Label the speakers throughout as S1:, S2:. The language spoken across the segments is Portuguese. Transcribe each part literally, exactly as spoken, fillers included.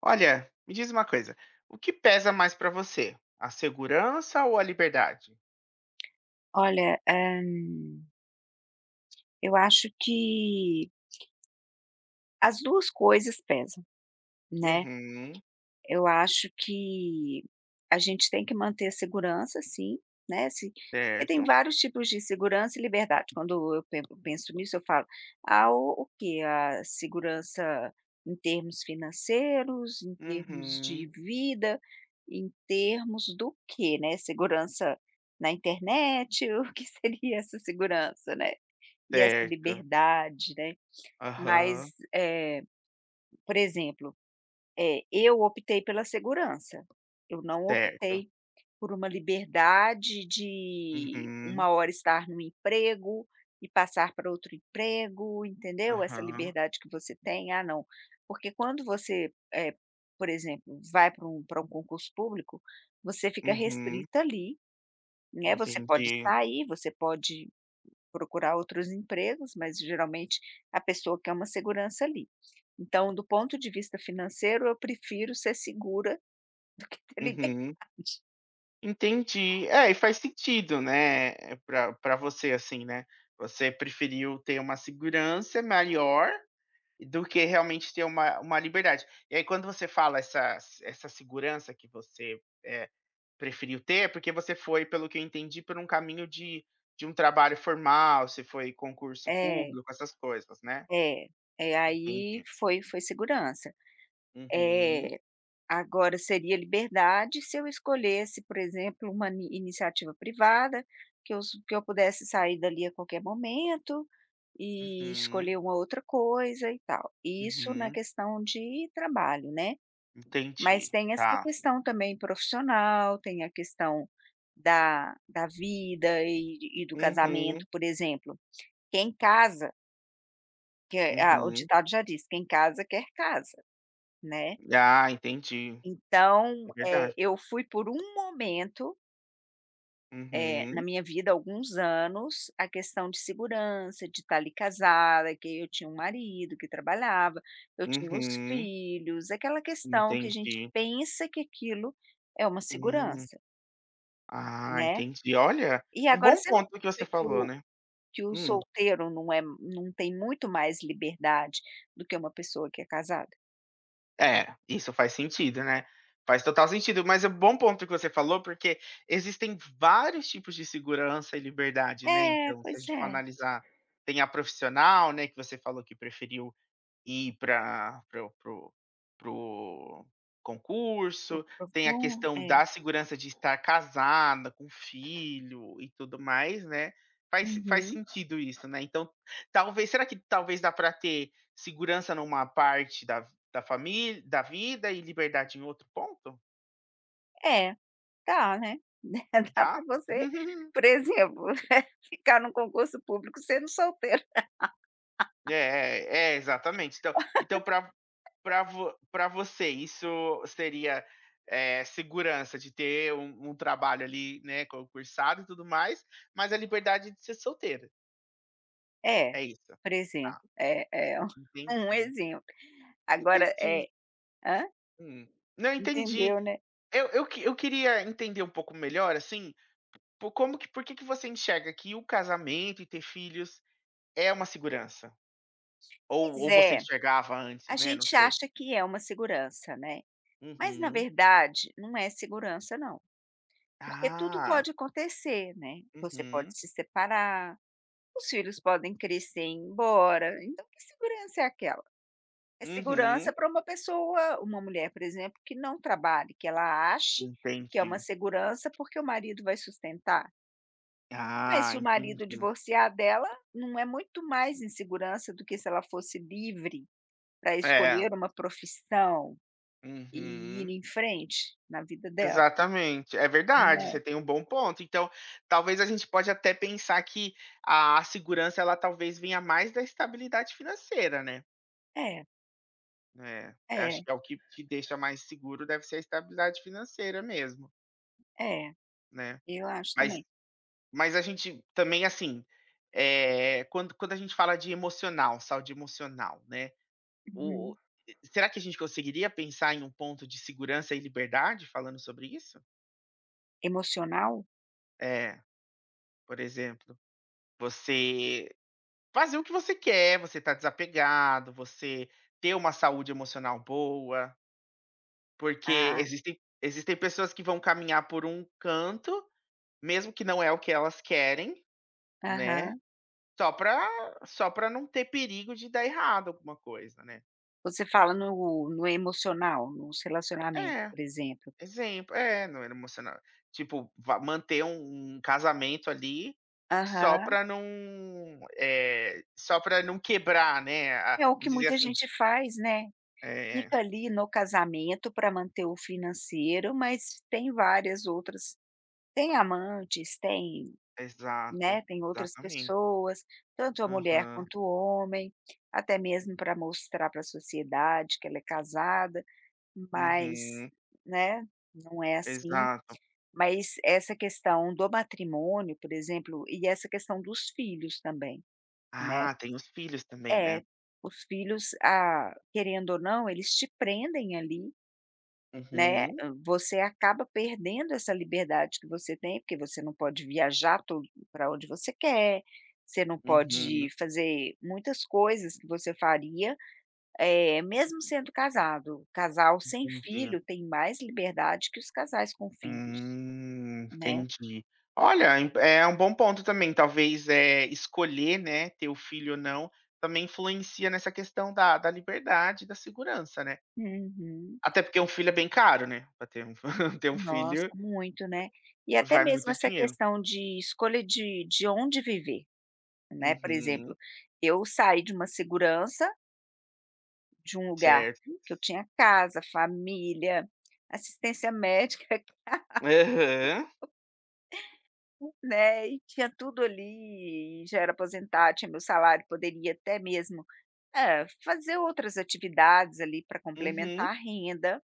S1: Olha, me diz uma coisa, o que pesa mais pra você? A segurança ou a liberdade?
S2: Olha, hã, eu acho que as duas coisas pesam, né.
S1: Uhum,
S2: Eu acho que a gente tem que manter a segurança sim, né, se porque tem
S1: certo.
S2: vários tipos de segurança e liberdade. Quando eu pen penso nisso, eu falo: "Ah, o o quê? A segurança em termos financeiros, em termos
S1: Uhum,
S2: de vida, em termos do quê, né? Segurança na internet, o que seria essa segurança, né?" E essa
S1: certo.
S2: liberdade, né. Mas,
S1: Aham,
S2: eh, por exemplo, eh, eu optei pela segurança, eu não
S1: certo.
S2: optei por uma liberdade de
S1: Uhum,
S2: uma hora estar num emprego e passar para outro emprego, entendeu? Essa
S1: aham,
S2: liberdade que você tem, "Ah, não", porque quando você, eh, por exemplo, vai para um para um concurso público, você fica
S1: uhum,
S2: restrita ali, né, você pode
S1: entendi.
S2: sair, você pode procurar outros empregos, mas geralmente a pessoa quer uma segurança ali. Então, do ponto de vista financeiro, eu prefiro ser segura, e
S1: Uhum,
S2: inteligente.
S1: entendi. É, e faz sentido, né, pra pra você, assim, né, você preferiu ter uma segurança maior do que realmente ter uma uma liberdade. E aí quando você fala essa essa segurança que você, eh, preferiu ter, é porque você foi, pelo que eu entendi, por um caminho de de um trabalho formal, você foi concurso
S2: É,
S1: público, essas coisas, né?
S2: é, é, aí
S1: Entendi.
S2: foi foi segurança.
S1: Uhum,
S2: É, agora seria liberdade se eu escolhesse, por exemplo, uma ni iniciativa privada, que eu su que eu pudesse sair dali a qualquer momento e
S1: uhum,
S2: escolher uma outra coisa e tal. Isso na
S1: uhum.
S2: questão de trabalho, né. Mas
S1: Entendi,
S2: tem essa
S1: tá.
S2: questão também profissional, tem a questão da da vida e e do
S1: Uhum,
S2: casamento, por exemplo. Quem casa que é- Ah, o
S1: uhum.
S2: ditado já diz: "Quem casa quer casa", né.
S1: Ah, entendi.
S2: Então,
S1: É
S2: eh,
S1: verdade.
S2: eu fui por um momento, eh, na
S1: Uhum,
S2: minha vida, alguns anos, a questão de segurança, de estar ali casada, que eu tinha um marido que trabalhava, eu tinha os
S1: uhum.
S2: filhos, aquela questão que a gente
S1: Entendi.
S2: pensa que aquilo é uma
S1: Hum.
S2: segurança,
S1: Ah,
S2: né.
S1: entendi. Olha,
S2: E
S1: um
S2: agora
S1: bom
S2: você não
S1: ponto que você
S2: acha que
S1: falou,
S2: o
S1: né.
S2: que o
S1: Hum.
S2: solteiro não é não tem muito mais liberdade do que uma pessoa que é casada?
S1: É, isso faz sentido, né. Faz total sentido, mas é um bom ponto que você falou, porque existem vários tipos de segurança e liberdade, né,
S2: É,
S1: então, se a
S2: pois
S1: gente for
S2: é.
S1: analisar, tem a profissional, né, que você falou que preferiu ir pra para o para para o
S2: O
S1: concurso, tem a
S2: Procon
S1: questão
S2: é.
S1: da segurança de estar casada, com filho e tudo mais, né. Faz faz
S2: Uhum.
S1: sentido isso, né. Então, talvez será que talvez dá para ter segurança numa parte da da família da vida e liberdade em outro ponto?
S2: É, dá, né. Dá
S1: Dá?
S2: para você, por exemplo, ficar num concurso público sendo solteiro.
S1: É, é, exatamente. Então então para para vo você isso seria, eh, segurança de ter um um trabalho ali, né, concursado e tudo mais, mas a liberdade de ser solteira,
S2: É,
S1: é isso?
S2: por
S1: Ah,
S2: exemplo. É é um um
S1: entendi,
S2: exemplo. Agora
S1: entendi.
S2: é hã?
S1: Hum. Não, entendi.
S2: Entendeu, né.
S1: Eu eu que eu queria entender um pouco melhor, assim, por como que por que que você enxerga que o casamento e ter filhos é uma segurança? Ou
S2: Pois
S1: ou você
S2: é,
S1: enxergava
S2: a
S1: antes, né, não
S2: gente
S1: sei.
S2: acha que é uma segurança, né, mas na
S1: Uhum.
S2: verdade não é segurança não. Porque tudo
S1: Ah.
S2: pode acontecer, né, você pode
S1: Uhum,
S2: se separar, os filhos podem crescer e ir embora, então que segurança é aquela? É segurança
S1: uhum,
S2: para uma pessoa uma mulher, por exemplo, que não trabalhe, que ela ache que é uma
S1: entendi.
S2: segurança porque o marido vai sustentar. Mas
S1: Ah,
S2: se o marido
S1: entendi.
S2: divorciar dela, não é muito mais insegurança do que se ela fosse livre para
S1: É,
S2: escolher uma profissão e ir
S1: uhum,
S2: em frente na vida dela,
S1: exatamente, é verdade,
S2: né?
S1: você tem um bom ponto. Então, talvez a gente pode até pensar que a segurança ela talvez venha mais da estabilidade financeira, né.
S2: É,
S1: É, acho
S2: é,
S1: que é o que te deixa mais seguro deve ser a estabilidade financeira mesmo,
S2: é, é.
S1: né.
S2: eu acho
S1: Mas
S2: também.
S1: mas a gente também, assim, é quando quando a gente fala de emocional, saúde emocional, né. O o
S2: Uhum.
S1: será que a gente conseguiria pensar em um ponto de segurança e liberdade falando sobre isso?
S2: Emocional?
S1: É, por exemplo, você fazer o que você quer, você tá desapegado, você ter uma saúde emocional boa, porque
S2: Ah,
S1: existem existem pessoas que vão caminhar por um canto, mesmo que não é o que elas querem, né,
S2: aham.
S1: só pra só pra não ter perigo de dar errado alguma coisa, né.
S2: Você fala no no emocional, nos relacionamentos,
S1: É.
S2: por exemplo.
S1: Exemplo, é, não era emocional. Tipo, va manter um um casamento ali, só
S2: Aham.
S1: pra não, eh, só pra não quebrar, né, a
S2: É o que
S1: vamos dizer
S2: muita
S1: assim
S2: gente faz, né.
S1: é,
S2: Fica ali no casamento para manter o financeiro, mas tem várias outras tem amantes, tem,
S1: exato,
S2: né, tem outras
S1: exatamente.
S2: pessoas, tanto a mulher
S1: Aham,
S2: quanto o homem, até mesmo para mostrar para a sociedade que ela é casada, mas,
S1: uhum,
S2: né, não é assim.
S1: exato.
S2: Mas essa questão do matrimônio, por exemplo, e essa questão dos filhos também, né.
S1: Ah, tem os filhos também, né.
S2: É, os filhos, ah, querendo ou não, eles te prendem ali, né,
S1: Uhum,
S2: você acaba perdendo essa liberdade que você tem, porque você não pode viajar para onde você quer, você não
S1: uhum,
S2: pode fazer muitas coisas que você faria, eh, mesmo sendo casado. Casal sem
S1: entendi.
S2: filho tem mais liberdade que os casais com filhos,
S1: Hum,
S2: né.
S1: entendi. Olha, im é um bom ponto também, talvez, é escolher, né, ter o filho ou não, também influencia nessa questão da da liberdade e da segurança, né.
S2: Uhum.
S1: Até porque um filho é bem caro, né, pra ter um ter um
S2: Nossa,
S1: filho
S2: muito, né. E até
S1: vai
S2: mesmo
S1: muito
S2: essa
S1: dinheiro.
S2: questão de escolha de de onde viver, né, por exemplo,
S1: Uhum.
S2: eu saí de uma segurança, de um lugar
S1: Certo.
S2: que eu tinha casa, família, assistência médica,
S1: Aham.
S2: né, e tinha tudo ali, e já era aposentada, tinha meu salário, poderia até mesmo, eh, fazer outras atividades ali para complementar
S1: Uhum.
S2: a renda,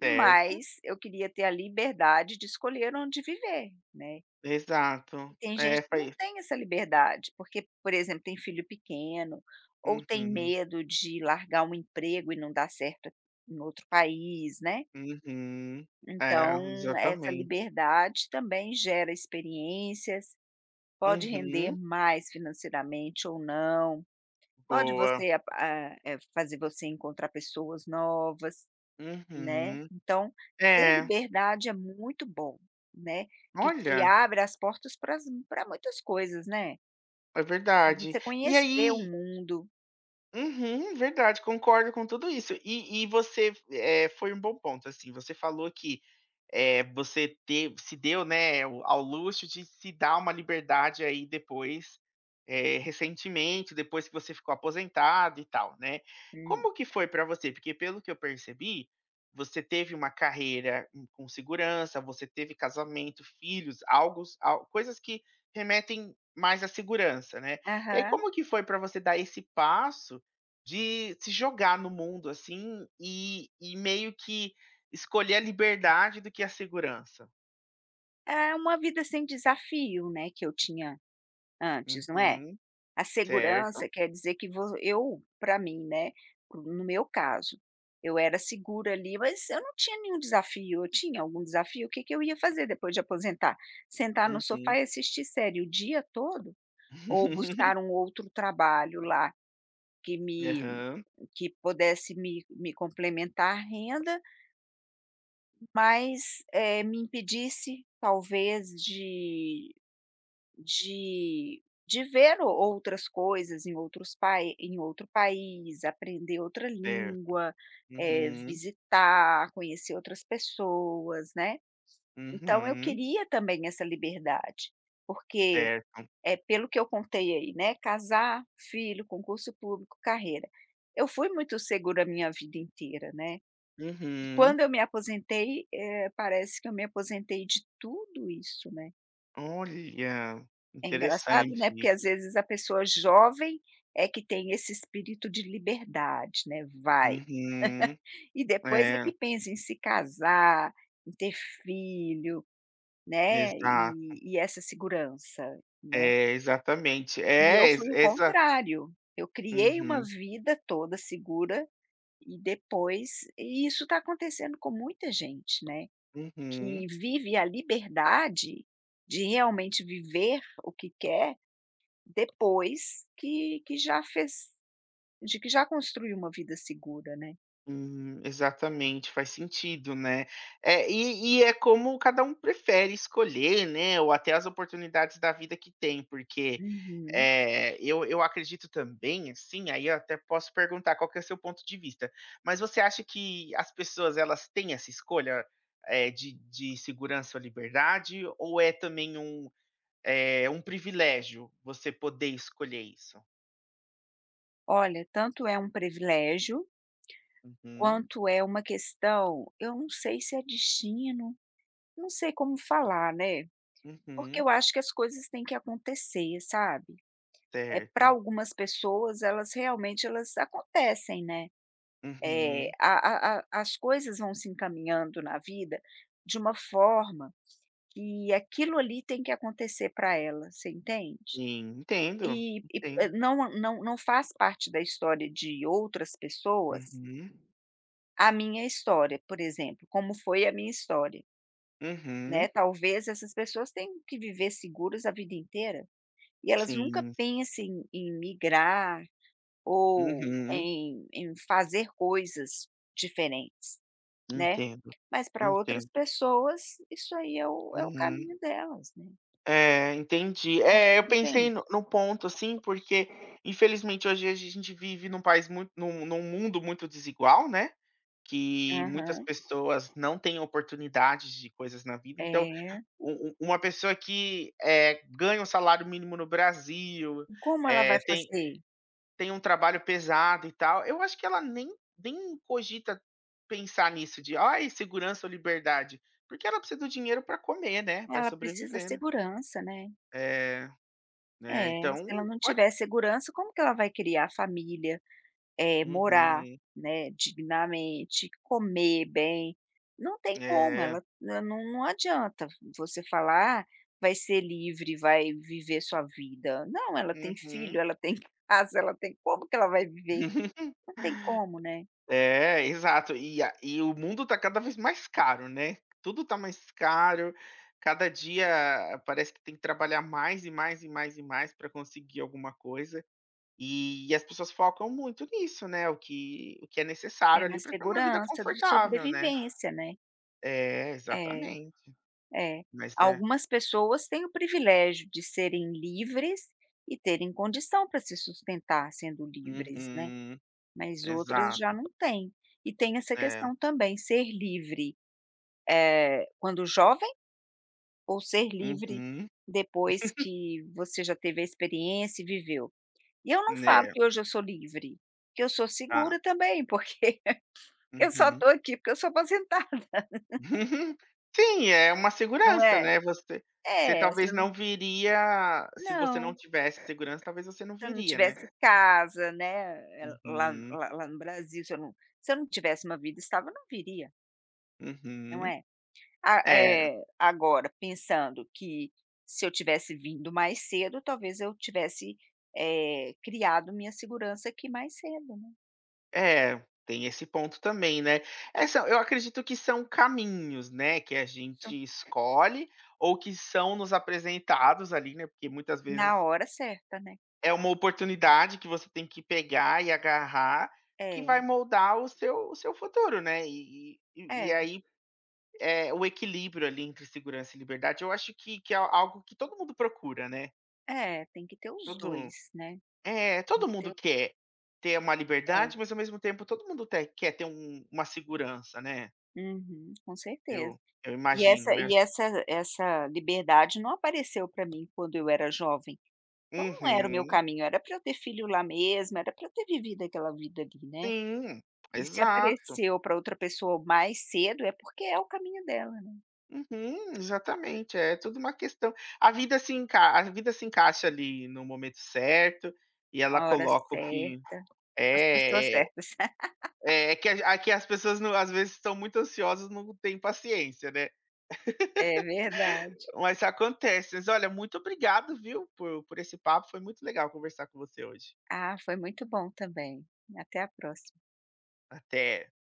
S1: Certo.
S2: eu queria ter a liberdade de escolher onde viver, né.
S1: Exato.
S2: E tem
S1: É,
S2: gente que não
S1: faz
S2: tem essa liberdade, porque, por exemplo, tem filho pequeno, ou tem
S1: Uhum.
S2: medo de largar um emprego e não dar certo em outro país, né.
S1: Uhum. É,
S2: Então, essa
S1: exatamente.
S2: liberdade também gera experiências, pode render
S1: Uhum.
S2: mais financeiramente ou não, pode
S1: Boa.
S2: você a a eh, fazer você encontrar pessoas novas, né.
S1: Uhum.
S2: Então, ter
S1: É.
S2: liberdade é muito bom, né, que te
S1: Olha,
S2: abre as portas para para muitas coisas, né.
S1: é
S2: Pra
S1: verdade.
S2: você
S1: E
S2: conhecer o
S1: aí,
S2: mundo.
S1: uhum, verdade, concordo com tudo isso. E e você, eh, foi um bom ponto, assim, você falou que, é você te se deu, né, o ao luxo de se dar uma liberdade aí depois, eh, recentemente, depois que você ficou aposentado e tal, né.
S2: Hum.
S1: Como que foi para você? Porque pelo que eu percebi, você teve uma carreira, hum, com segurança, você teve casamento, filhos, algos al coisas que remetem mais à segurança, né. E aí
S2: Aham.
S1: como que foi para você dar esse passo de se jogar no mundo, assim, e e meio que escolher a liberdade do que a segurança.
S2: É uma vida sem desafio, né, que eu tinha antes, não é?
S1: Uhum,
S2: A
S1: certo.
S2: segurança quer dizer que vo eu, para mim, né, no meu caso, eu era segura ali, mas eu não tinha nenhum desafio. Eu tinha algum desafio? O que que eu ia fazer depois de aposentar? Sentar no
S1: Uhum.
S2: sofá e assistir série o dia todo? Ou buscar um outro trabalho lá que me
S1: Aham,
S2: que pudesse me me complementar a renda. Mas, eh, me impedisse talvez de de de ver o outras coisas em outros pai em outro país, aprender outra
S1: certo.
S2: língua, eh,
S1: Uhum,
S2: visitar, conhecer outras pessoas, né. Então eu
S1: uhum,
S2: queria também essa liberdade, porque,
S1: certo.
S2: é pelo que eu contei aí, né, casar, filho, concurso público, carreira. Eu fui muito segura a minha vida inteira, né. E
S1: Uhum.
S2: quando eu me aposentei, eh, parece que eu me aposentei de tudo isso, né.
S1: Olha,
S2: É engraçado,
S1: interessante
S2: né, porque
S1: isso.
S2: às vezes a pessoa jovem é que tem esse espírito de liberdade, né, vai.
S1: Uhum.
S2: E depois é
S1: É,
S2: que pensa em se casar, em ter filho, né,
S1: exato.
S2: e e essa segurança, né.
S1: É, exatamente.
S2: E eu
S1: É,
S2: fui
S1: exa
S2: o
S1: exa
S2: contrário, eu criei uma
S1: uhum,
S2: vida toda segura e depois e isso tá acontecendo com muita gente, né.
S1: uhum.
S2: Que vive a liberdade de realmente viver o que quer depois que que já fez de que já construiu uma vida segura, né.
S1: Hum, exatamente, faz sentido, né. É, e e é como cada um prefere escolher, né, ou até as oportunidades da vida que tem, porque,
S2: Uhum.
S1: eh, eu eu acredito também, assim, aí eu até posso perguntar qual que é o seu ponto de vista, mas você acha que as pessoas elas têm essa escolha, eh, de de segurança ou liberdade, ou é também um, eh, um privilégio você poder escolher isso?
S2: Olha, tanto é um privilégio,
S1: Uhum,
S2: quanto é uma questão. Eu não sei se é destino, não sei como falar, né, porque
S1: uhum,
S2: eu acho que as coisas têm que acontecer, sabe. É para
S1: certo.
S2: algumas pessoas elas realmente elas acontecem, né. Eh,
S1: Uhum.
S2: a a a as coisas vão se encaminhando na vida de uma forma que aquilo ali tem que acontecer para ela, você entende?
S1: Sim, entendo,
S2: E e
S1: entendo.
S2: eh, não não não faz parte da história de outras pessoas
S1: Uhum.
S2: a minha história, por exemplo, como foi a minha história,
S1: Uhum.
S2: né. Talvez essas pessoas tenham que viver seguras a vida inteira e elas nunca
S1: Sim.
S2: pensem em migrar ou
S1: Uhum.
S2: em em fazer coisas diferentes. Né,
S1: Entendo,
S2: mas para outras
S1: entendo.
S2: pessoas isso aí é o é o caminho
S1: Uhum.
S2: delas, né,
S1: É, entendi.
S2: acho
S1: É, eu
S2: que
S1: pensei
S2: depende.
S1: no num ponto, assim, porque infelizmente hoje a gente vive num país muito num num mundo muito desigual, né, que muitas
S2: Aham,
S1: pessoas não têm oportunidades de coisas na vida, então
S2: é.
S1: u u uma pessoa que, eh, ganha um salário mínimo no Brasil,
S2: Como ela
S1: eh,
S2: vai
S1: tem
S2: fazer?
S1: Tem um trabalho pesado e tal. Eu acho que ela nem nem cogita pensar nisso de: "Ai, segurança ou liberdade", porque ela precisa do dinheiro para comer, né, para
S2: Ela precisa da
S1: sobreviver, né.
S2: segurança, né.
S1: É, né,
S2: É, se ela
S1: então
S2: não
S1: pode
S2: tiver segurança como que ela vai criar família, é morar,
S1: uhum.
S2: né, dignamente, comer bem, não tem como,
S1: É,
S2: ela ela não não adianta você falar: "Ah, vai ser livre, vai viver sua vida", não, ela tem filho,
S1: uhum.
S2: ela tem casa, ela tem como que ela vai viver? Não tem como, né.
S1: É, exato. E a e o mundo tá cada vez mais caro, né. Tudo tá mais caro, cada dia parece que tem que trabalhar mais e mais e mais e mais para conseguir alguma coisa. E as pessoas focam muito nisso, né, o que o que é
S2: É
S1: necessário
S2: na
S1: ali para ter uma vida
S2: segurança de
S1: confortável, né.
S2: sobrevivência, né.
S1: É,
S2: É,
S1: exatamente.
S2: é.
S1: Mas é
S2: Algumas pessoas têm o privilégio de serem livres e terem condição para se sustentar sendo livres, né,
S1: uhum,
S2: mas outras já
S1: exato,
S2: não têm. E tem essa
S1: é.
S2: questão também, ser livre, eh, quando jovem ou ser livre
S1: Uhum.
S2: depois que você já teve a experiência e viveu. E eu não falo
S1: Né,
S2: que hoje eu sou livre, que eu sou
S1: tá.
S2: segura também, porque eu só
S1: Uhum.
S2: estou aqui porque eu sou aposentada.
S1: Sim, é uma
S2: Não
S1: segurança,
S2: é?
S1: né, você você
S2: É, se
S1: talvez
S2: eu não
S1: não viria se você não
S2: não,
S1: tivesse segurança, talvez você não
S2: se eu não
S1: viria, né.
S2: tivesse casa, né, eh, lá
S1: Uhum,
S2: lá lá no Brasil, se eu não se eu não tivesse uma vida estável, eu não viria, não
S1: uhum.
S2: é? A
S1: É.
S2: é. Agora pensando que se eu tivesse vindo mais cedo, talvez eu tivesse, eh, criado minha segurança aqui mais cedo, né.
S1: É, tem esse ponto também, né. É, são eu acredito que são caminhos, né, que a
S2: Só
S1: gente escolhe ou que são nos apresentados ali, né, porque muitas
S2: na
S1: vezes
S2: hora certa, né.
S1: é uma oportunidade que você tem que pegar e agarrar, que vai
S2: É,
S1: moldar o seu o seu futuro, né. E e
S2: é,
S1: e aí, é o equilíbrio ali entre segurança e liberdade, eu acho que que é algo que todo mundo procura, né.
S2: é, tem que ter os
S1: Todo
S2: dois, né,
S1: é,
S2: tem
S1: todo
S2: que ter
S1: mundo
S2: o
S1: quer ter uma
S2: é,
S1: liberdade, mas ao mesmo tempo todo mundo te quer ter um uma segurança, né.
S2: uhum, com certeza.
S1: Eu eu
S2: E
S1: imagino,
S2: essa
S1: né.
S2: e essa essa liberdade não apareceu para mim quando eu era jovem, então não era o meu
S1: Uhum.
S2: caminho, era para eu ter filho lá mesmo, era para eu ter vivido aquela vida ali, né.
S1: Sim,
S2: E se
S1: exato.
S2: apareceu para outra pessoa mais cedo, é porque é o caminho dela, né.
S1: Uhum, exatamente. É tudo uma questão a vida se enca a vida se encaixa ali no momento certo, e ela
S2: A hora
S1: coloca o que
S2: certa, com as pessoas
S1: é,
S2: certas.
S1: é é que a a- que as pessoas não às vezes estão muito ansiosas, não têm paciência, né.
S2: É verdade.
S1: Mas acontece. Mas olha, muito obrigado, viu, por por esse papo, foi muito legal conversar com você hoje.
S2: Ah, foi muito bom também. Até a próxima.
S1: Até.